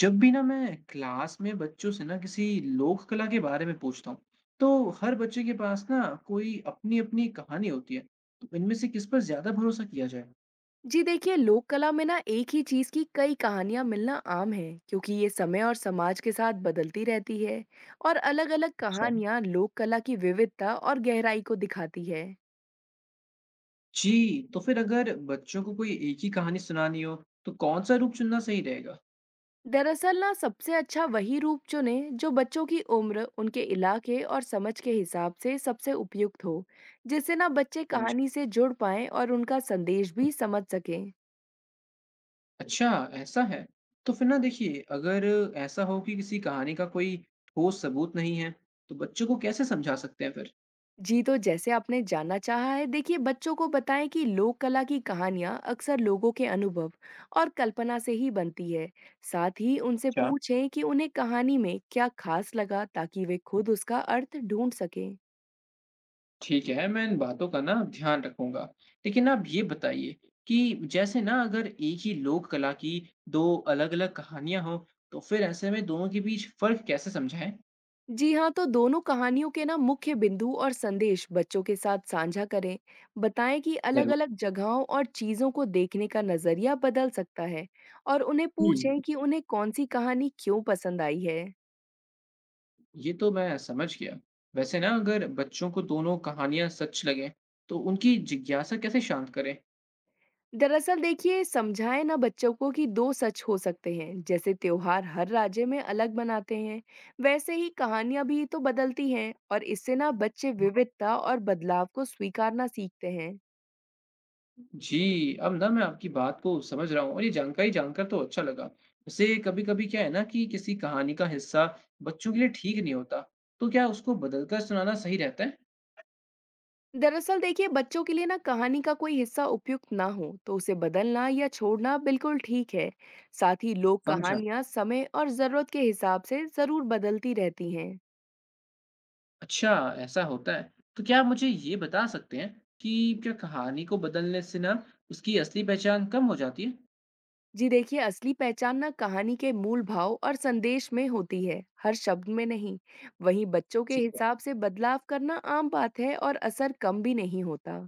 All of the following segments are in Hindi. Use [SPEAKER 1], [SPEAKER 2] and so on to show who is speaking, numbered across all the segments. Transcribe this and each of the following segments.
[SPEAKER 1] जब भी ना मैं क्लास में बच्चों से ना किसी लोक कला के बारे में पूछता हूँ तो हर बच्चे के पास ना कोई अपनी अपनी कहानी होती है। तो इनमें से किस पर ज्यादा भरोसा किया जाए?
[SPEAKER 2] जी देखिए, लोक कला में ना एक ही चीज की कई कहानियां मिलना आम है, क्योंकि ये समय और समाज के साथ बदलती रहती है। और अलग-अलग
[SPEAKER 1] अच्छा
[SPEAKER 2] कहानियां लोक कला की विविधता और गहराई को दिखाती है।
[SPEAKER 1] जी। तो फिर अगर बच्चों को कोई एक ही कहानी सुनानी हो तो कौन सा रूप चुनना सही रहेगा?
[SPEAKER 2] दरअसल ना सबसे अच्छा वही रूप चुने जो बच्चों की उम्र, उनके इलाके और समझ के हिसाब से सबसे उपयुक्त हो, जिससे ना बच्चे
[SPEAKER 1] समझ।
[SPEAKER 2] कहानी से जुड़ पाएं और उनका संदेश भी समझ सकें।
[SPEAKER 1] अच्छा, ऐसा है। तो फिर ना देखिए, अगर ऐसा हो कि किसी कहानी का कोई ठोस सबूत नहीं है, तो बच्चों को कैसे समझा सकते हैं?
[SPEAKER 2] जी, तो जैसे आपने जानना चाहा है, देखिए बच्चों को बताएं कि लोक कला की कहानियां अक्सर लोगों के अनुभव और कल्पना से ही बनती है। साथ ही उनसे
[SPEAKER 1] फिर
[SPEAKER 2] पूछें कि उन्हें कहानी में क्या खास लगा, ताकि वे खुद उसका अर्थ ढूंढ सकें।
[SPEAKER 1] ठीक है, मैं इन बातों का ना ध्यान रखूँगा। लेकिन आप ये बताइए कि जैसे ना अगर एक ही लोक कला की 2 अलग-अलग कहानियाँ हों, तो फिर ऐसे में दोनों के बीच फ़र्क कैसे समझाएँ?
[SPEAKER 2] जी हाँ, तो दोनों कहानियों के ना मुख्य बिंदु और संदेश बच्चों के साथ साझा करें। बताएं कि अलग
[SPEAKER 1] ज़रूर।
[SPEAKER 2] अलग जगहों और चीजों को देखने का नजरिया बदल सकता है। और उन्हें
[SPEAKER 1] हुँ,
[SPEAKER 2] पूछें कि उन्हें कौन सी कहानी क्यों पसंद आई है।
[SPEAKER 1] ये तो मैं समझ गया। वैसे ना अगर बच्चों को दोनों कहानियाँ सच लगें, तो उनकी जिज्ञासा कैसे शांत करें?
[SPEAKER 2] दरअसल देखिए, समझाएं ना बच्चों को कि दो सच हो सकते हैं। जैसे त्योहार हर राज्य में अलग मनाते हैं, वैसे ही कहानियां भी तो बदलती हैं। और इससे ना बच्चे विविधता और बदलाव को स्वीकारना सीखते हैं।
[SPEAKER 1] जी, अब ना मैं आपकी बात को समझ रहा हूँ और ये जानकारी जानकर तो अच्छा लगा। वैसे कभी-कभी क्या है ना कि किसी कहानी का हिस्सा बच्चों के लिए ठीक नहीं होता, तो क्या उसको बदलकर सुनाना सही रहता है?
[SPEAKER 2] दरअसल देखिए, बच्चों के लिए ना कहानी का कोई हिस्सा उपयुक्त ना हो, तो उसे बदलना या छोड़ना बिल्कुल ठीक है। साथ ही लोक
[SPEAKER 1] समझा।
[SPEAKER 2] कहानियां समय और जरूरत के हिसाब से जरूर बदलती रहती हैं।
[SPEAKER 1] अच्छा, ऐसा होता है। तो क्या आप मुझे ये बता सकते हैं कि क्या कहानी को बदलने से ना उसकी असली पहचान कम हो जाती है?
[SPEAKER 2] जी देखिए, असली पहचान ना कहानी के मूल भाव और संदेश में होती है, हर शब्द में नहीं। वहीं बच्चों के
[SPEAKER 1] ठीक है।
[SPEAKER 2] हिसाब से बदलाव करना आम बात है, और असर कम भी नहीं होता।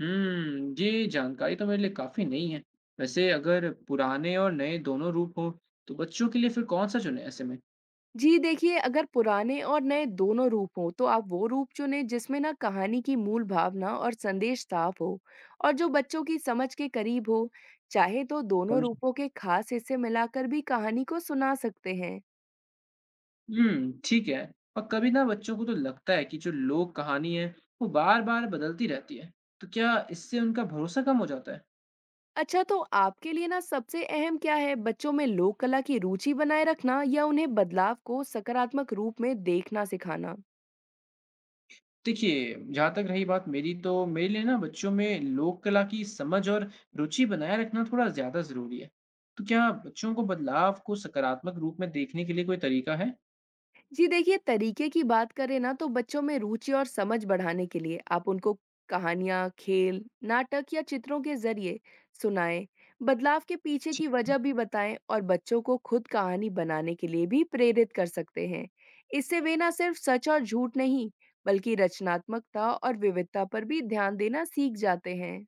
[SPEAKER 1] ये जानकारी तो मेरे लिए काफ़ी नहीं है। वैसे अगर पुराने और नए दोनों रूप हो, तो बच्चों के लिए फिर कौन सा चुने ऐसे में?
[SPEAKER 2] जी देखिए, अगर पुराने और नए दोनों रूप हो, तो आप वो रूप चुने जिसमें ना कहानी की मूल भावना और संदेश साफ हो, और जो बच्चों की समझ के करीब हो। चाहे तो दोनों
[SPEAKER 1] समझा।
[SPEAKER 2] रूपों के खास हिस्से मिलाकर भी कहानी को सुना सकते हैं।
[SPEAKER 1] हुँ, ठीक है। और कभी ना बच्चों को तो लगता है कि जो लोक कहानी है, वो बार-बार बदलती रहती है। तो क्या इससे उनका भरोसा कम हो जाता है?
[SPEAKER 2] अच्छा, तो आपके लिए ना सबसे अहम क्या है, बच्चों में लोक कला की रुचि बनाए रखना, या उन्हें बदलाव को सकारात्मक रूप में देखना सिखाना?
[SPEAKER 1] देखिए, जहाँ तक रही बात मेरी तो मेरे लिए ना बच्चों में लोक कला की समझ और रुचि बनाए रखना थोड़ा ज़्यादा ज़रूरी है। तो क्या बच्चों को बदलाव को सकारात्मक रूप में देखने के लिए कोई तरीका है?
[SPEAKER 2] जी देखिए, तरीके की बात करें ना, तो बच्चों में रुचि और समझ बढ़ाने के लिए आप उनको कहानियाँ, खेल, नाटक या चित्रों के जरिए सुनाएं। बदलाव के पीछे की वजह भी बताएं, और बच्चों को खुद कहानी बनाने के लिए भी प्रेरित कर सकते हैं। इससे वे ना सिर्फ सच और झूठ नहीं, बल्कि रचनात्मकता और विविधता पर भी ध्यान देना सीख जाते हैं।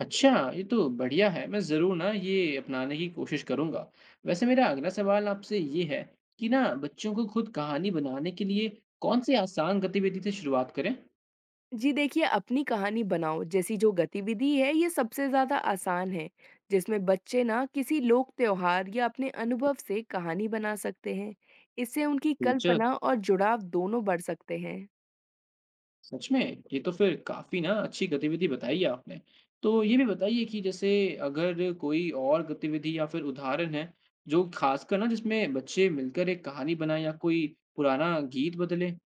[SPEAKER 1] अच्छा, ये तो बढ़िया है। मैं ज़रूर ना ये अपनाने की कोशिश करूँगा। वैसे मेरा अगला सवाल आपसे ये है कि ना बच्चों को खुद कहानी बनाने के लिए कौन-सी आसान गतिविधि से शुरुआत करें?
[SPEAKER 2] जी देखिए, अपनी कहानी बनाओ जैसी जो गतिविधि है, ये सबसे ज़्यादा आसान है, जिसमें बच्चे ना किसी लोक त्योहार या अपने अनुभव से कहानी बना सकते हैं। इससे उनकी
[SPEAKER 1] रोचक!
[SPEAKER 2] कल्पना और जुड़ाव दोनों बढ़ सकते हैं।
[SPEAKER 1] सच में? ये तो फिर काफ़ी ना अच्छी गतिविधि बताई है आपने। तो ये भी बताइए कि जैसे अगर कोई और गतिविधि या फिर उदाहरण है, जो खासकर ना जिसमें बच्चे मिलकर एक कहानी बनाएँ या कोई पुराना गीत बदलें?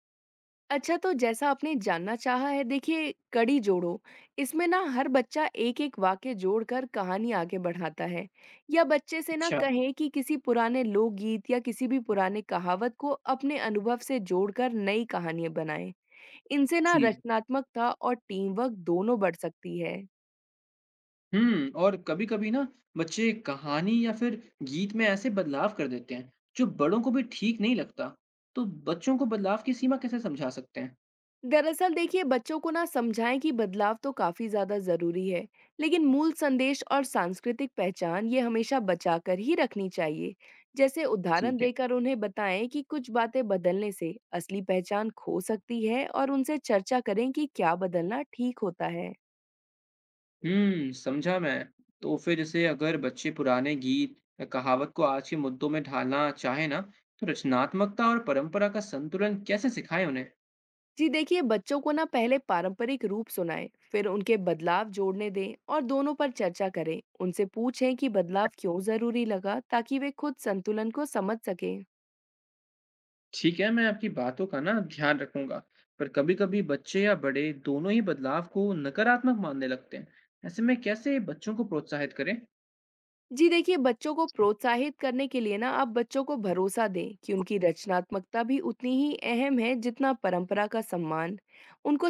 [SPEAKER 2] अच्छा, तो जैसा आपने जानना चाहा है, देखिए कड़ी जोड़ो, इसमें ना हर बच्चा एक-एक वाक्य जोड़कर कहानी आगे बढ़ाता है। या बच्चे से ना
[SPEAKER 1] अच्छा,
[SPEAKER 2] कहें कि किसी पुराने लोकगीत या किसी भी पुराने कहावत को अपने अनुभव से जोड़कर नई कहानियाँ बनाएं। इनसे ना
[SPEAKER 1] जी।
[SPEAKER 2] रचनात्मकता और टीम वर्क दोनों बढ़ सकती है।
[SPEAKER 1] हुँ, और कभी-कभी ना बच्चे कहानी या फिर गीत में ऐसे बदलाव कर देते हैं, जो बड़ों को भी ठीक नहीं लगता। तो बच्चों को बदलाव की सीमा कैसे समझा सकते हैं?
[SPEAKER 2] दरअसल देखिए, बच्चों को ना समझाएं कि बदलाव तो काफी ज्यादा जरूरी है, लेकिन मूल संदेश और सांस्कृतिक पहचान ये हमेशा बचा कर ही रखनी चाहिए। जैसे उदाहरण
[SPEAKER 1] ठीक है।
[SPEAKER 2] देकर उन्हें बताएं कि कुछ बातें बदलने से असली पहचान खो सकती है, और उनसे चर्चा करें कि क्या बदलना ठीक होता है।
[SPEAKER 1] हुँ, समझा मैं। तो फिर जैसे अगर बच्चे पुराने गीत या कहावत को आज के मुद्दों में ढालना चाहें ना, तो रचनात्मकता और परंपरा का संतुलन कैसे सिखाएं उन्हें?
[SPEAKER 2] जी देखिए, बच्चों को ना पहले पारंपरिक रूप सुनाएं, फिर उनके बदलाव जोड़ने दें और दोनों पर चर्चा करें। उनसे पूछें कि बदलाव क्यों जरूरी लगा, ताकि वे खुद संतुलन को समझ सकें।
[SPEAKER 1] ठीक है, मैं आपकी बातों का ना ध्यान रखूंगा। पर कभी-कभी बच्चे या बड़े दोनों ही बदलाव को नकारात्मक मानने लगते हैं। ऐसे में कैसे बच्चों को प्रोत्साहित करें?
[SPEAKER 2] जी देखिए, बच्चों को प्रोत्साहित करने के लिए ना आप बच्चों को भरोसा दें कि उनकी रचनात्मकता भी उतनी ही अहम है जितना परंपरा का सम्मान। उनको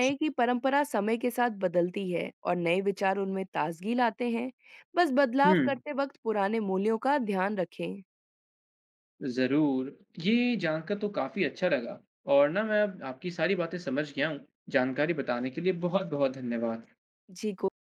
[SPEAKER 1] जी,
[SPEAKER 2] कि परंपरा समय के साथ बदलती है और नए विचार उनमें ताजगी लाते हैं। बस बदलाव
[SPEAKER 1] हुँ,
[SPEAKER 2] करते वक्त पुराने मूल्यों का ध्यान रखें।
[SPEAKER 1] ज़रूर। ये जानकर तो काफ़ी अच्छा लगा और ना मैं अब आपकी सारी बातें समझ गया हूँ। जानकारी बताने के लिए बहुत-बहुत धन्यवाद।
[SPEAKER 2] जी को